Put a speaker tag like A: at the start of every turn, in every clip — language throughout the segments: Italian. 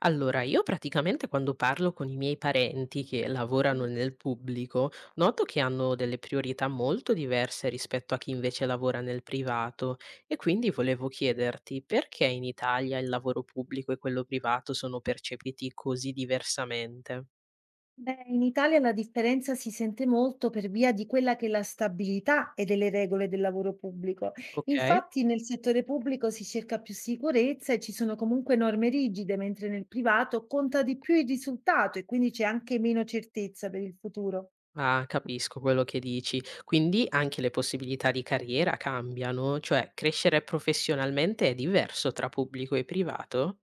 A: Allora, io praticamente quando parlo con i miei parenti che lavorano nel pubblico, noto che hanno delle priorità molto diverse rispetto a chi invece lavora nel privato e quindi volevo chiederti perché in Italia il lavoro pubblico e quello privato sono percepiti così diversamente?
B: Beh, in Italia la differenza si sente molto per via di quella che è la stabilità e delle regole del lavoro pubblico.
A: Ok?
B: Infatti, nel settore pubblico si cerca più sicurezza e ci sono comunque norme rigide, mentre nel privato conta di più il risultato e quindi c'è anche meno certezza per il futuro.
A: Ah, capisco quello che dici. Quindi anche le possibilità di carriera cambiano, cioè crescere professionalmente è diverso tra pubblico e privato?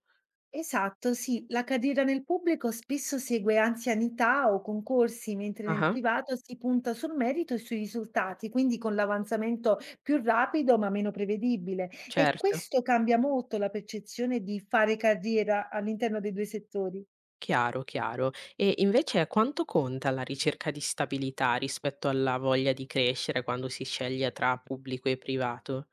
B: Esatto, sì, la carriera nel pubblico spesso segue anzianità o concorsi, mentre nel
A: Ah,
B: privato si punta sul merito e sui risultati, quindi con l'avanzamento più rapido ma meno prevedibile. E
A: certo.
B: questo cambia molto la percezione di fare carriera all'interno dei due settori.
A: Chiaro, chiaro. E invece quanto conta la ricerca di stabilità rispetto alla voglia di crescere quando si sceglie tra pubblico e privato?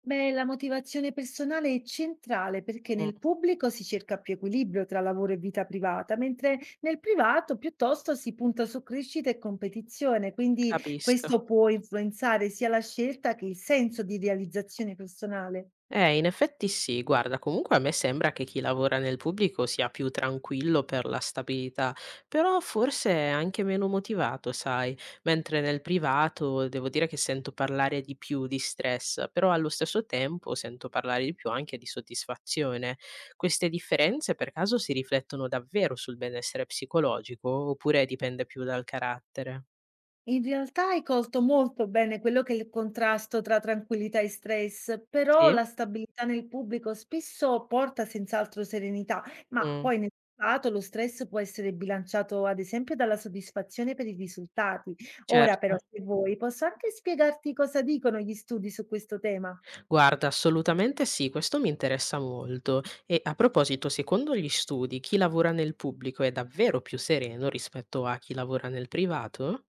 B: Beh, la motivazione personale è centrale perché
A: Mh,
B: nel pubblico si cerca più equilibrio tra lavoro e vita privata, mentre nel privato piuttosto si punta su crescita e competizione, quindi
A: capisco.
B: questo può influenzare sia la scelta che il senso di realizzazione personale.
A: In effetti sì, guarda, comunque a me sembra che chi lavora nel pubblico sia più tranquillo per la stabilità, però forse è anche meno motivato, sai, mentre nel privato devo dire che sento parlare di più di stress, però allo stesso tempo sento parlare di più anche di soddisfazione. Queste differenze per caso si riflettono davvero sul benessere psicologico oppure dipende più dal carattere?
B: In realtà hai colto molto bene quello che è il contrasto tra tranquillità e stress, però
A: Sì?
B: la stabilità nel pubblico spesso porta senz'altro serenità, ma
A: Mm,
B: poi nel passato lo stress può essere bilanciato ad esempio dalla soddisfazione per i risultati. Ora però,
A: certo.
B: se vuoi, posso anche spiegarti cosa dicono gli studi su questo tema.
A: Guarda, assolutamente sì, questo mi interessa molto. E a proposito, secondo gli studi, chi lavora nel pubblico è davvero più sereno rispetto a chi lavora nel privato?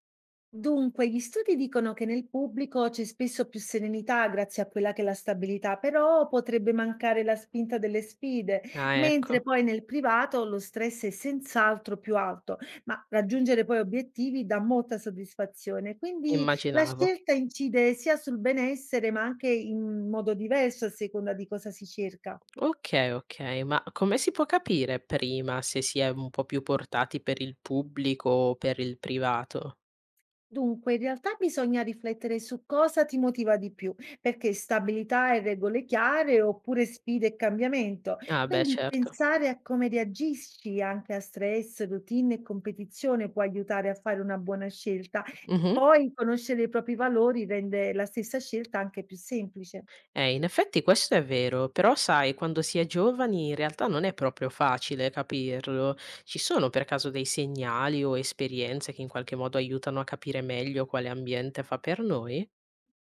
B: Dunque, gli studi dicono che nel pubblico c'è spesso più serenità grazie a quella che è la stabilità, però potrebbe mancare la spinta delle sfide,
A: Ah,
B: mentre
A: ecco,
B: poi nel privato lo stress è senz'altro più alto, ma raggiungere poi obiettivi dà molta soddisfazione. Quindi la
A: immaginavo.
B: scelta incide sia sul benessere, ma anche in modo diverso a seconda di cosa si cerca.
A: Ok, ok, ma come si può capire prima se si è un po' più portati per il pubblico o per il privato?
B: Dunque, in realtà bisogna riflettere su cosa ti motiva di più, perché stabilità e regole chiare oppure sfide e cambiamento.
A: Ah, beh,
B: Quindi
A: certo.
B: pensare a come reagisci anche a stress, routine e competizione può aiutare a fare una buona scelta. E
A: Mhm.
B: poi conoscere i propri valori rende la stessa scelta anche più semplice.
A: In effetti questo è vero, però sai, quando si è giovani in realtà non è proprio facile capirlo. Ci sono per caso dei segnali o esperienze che in qualche modo aiutano a capire meglio quale ambiente fa per noi?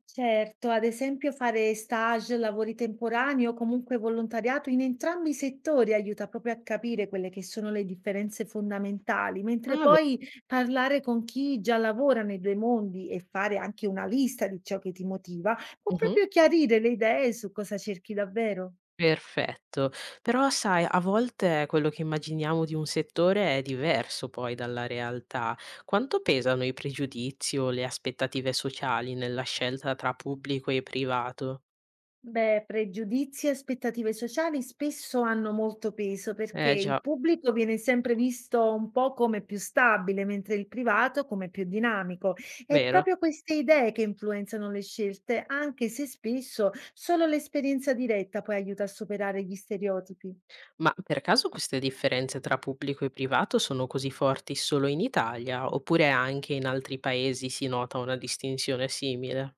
B: Certo, ad esempio fare stage, lavori temporanei o comunque volontariato in entrambi i settori aiuta proprio a capire quelle che sono le differenze fondamentali, mentre
A: Ah, beh,
B: poi parlare con chi già lavora nei due mondi e fare anche una lista di ciò che ti motiva può
A: mhm,
B: proprio chiarire le idee su cosa cerchi davvero.
A: perfetto. Però sai, a volte quello che immaginiamo di un settore è diverso poi dalla realtà. Quanto pesano i pregiudizi o le aspettative sociali nella scelta tra pubblico e privato?
B: Beh, pregiudizi e aspettative sociali spesso hanno molto peso perché
A: Eh
B: il
A: già,
B: pubblico viene sempre visto un po' come più stabile, mentre il privato come più dinamico. È
A: vero?
B: proprio queste idee che influenzano le scelte, anche se spesso solo l'esperienza diretta poi aiuta a superare gli stereotipi.
A: Ma per caso queste differenze tra pubblico e privato sono così forti solo in Italia, oppure anche in altri paesi si nota una distinzione simile?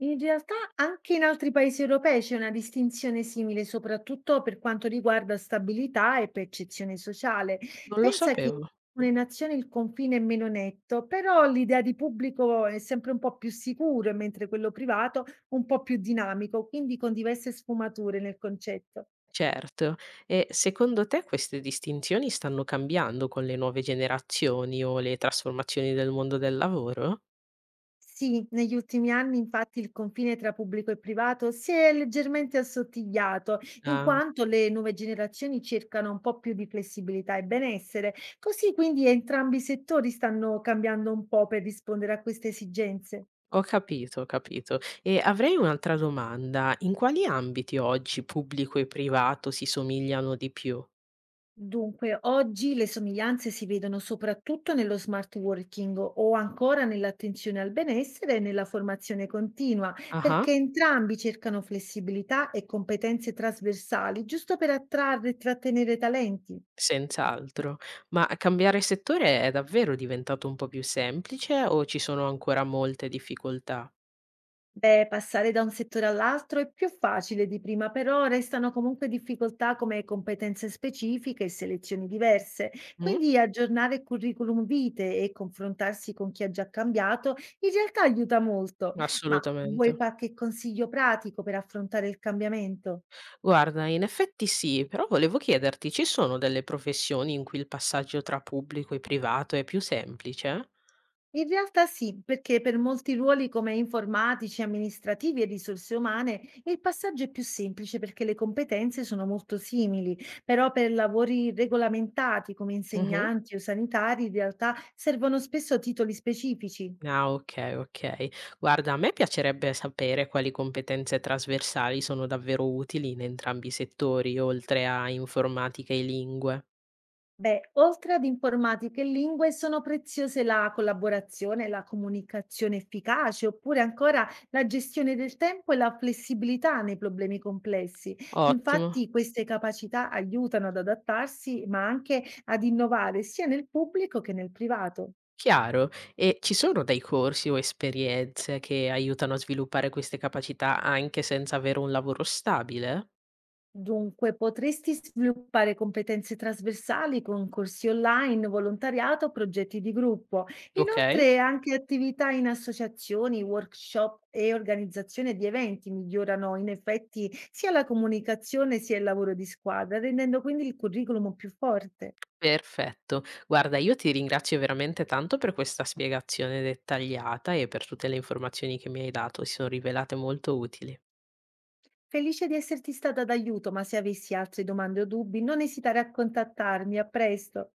B: In realtà anche in altri paesi europei c'è una distinzione simile, soprattutto per quanto riguarda stabilità e percezione sociale.
A: Non lo
B: Pensa che in
A: sapevo.
B: alcune nazioni il confine è meno netto, però l'idea di pubblico è sempre un po' più sicuro, mentre quello privato un po' più dinamico, quindi con diverse sfumature nel concetto.
A: Certo, e secondo te queste distinzioni stanno cambiando con le nuove generazioni o le trasformazioni del mondo del lavoro?
B: Sì, negli ultimi anni infatti il confine tra pubblico e privato si è leggermente assottigliato, in
A: Ah,
B: quanto le nuove generazioni cercano un po' più di flessibilità e benessere, così quindi entrambi i settori stanno cambiando un po' per rispondere a queste esigenze.
A: ho capito, ho capito. E avrei un'altra domanda. In quali ambiti oggi pubblico e privato si somigliano di più?
B: Dunque, oggi le somiglianze si vedono soprattutto nello smart working o ancora nell'attenzione al benessere e nella formazione continua,
A: Ah.
B: perché entrambi cercano flessibilità e competenze trasversali, giusto per attrarre e trattenere talenti.
A: Senz'altro. Ma cambiare settore è davvero diventato un po' più semplice o ci sono ancora molte difficoltà?
B: Beh, passare da un settore all'altro è più facile di prima, però restano comunque difficoltà come competenze specifiche e selezioni diverse.
A: Mh?
B: Quindi aggiornare il curriculum vitae e confrontarsi con chi ha già cambiato in realtà aiuta molto. Ma
A: Assolutamente.
B: vuoi qualche consiglio pratico per affrontare il cambiamento?
A: Guarda, in effetti sì, però volevo chiederti, ci sono delle professioni in cui il passaggio tra pubblico e privato è più semplice?
B: In realtà sì, perché per molti ruoli come informatici, amministrativi e risorse umane il passaggio è più semplice perché le competenze sono molto simili, però per lavori regolamentati come
A: Mh-mh.
B: insegnanti o sanitari in realtà servono spesso titoli specifici.
A: Ah, okay, okay. Guarda, a me piacerebbe sapere quali competenze trasversali sono davvero utili in entrambi i settori, oltre a informatica e lingue.
B: Beh, oltre ad informatica e lingue, sono preziose la collaborazione, la comunicazione efficace, oppure ancora la gestione del tempo e la flessibilità nei problemi complessi.
A: Ottimo.
B: Infatti, queste capacità aiutano ad adattarsi, ma anche ad innovare sia nel pubblico che nel privato.
A: Chiaro. E ci sono dei corsi o esperienze che aiutano a sviluppare queste capacità anche senza avere un lavoro stabile?
B: Dunque, potresti sviluppare competenze trasversali con corsi online, volontariato, progetti di gruppo.
A: Okay,
B: Inoltre, anche attività in associazioni, workshop e organizzazione di eventi migliorano in effetti sia la comunicazione sia il lavoro di squadra, rendendo quindi il curriculum più forte.
A: perfetto. Guarda, io ti ringrazio veramente tanto per questa spiegazione dettagliata e per tutte le informazioni che mi hai dato, si sono rivelate molto utili.
B: Felice di esserti stata d'aiuto, ma se avessi altre domande o dubbi, non esitare a contattarmi. A presto.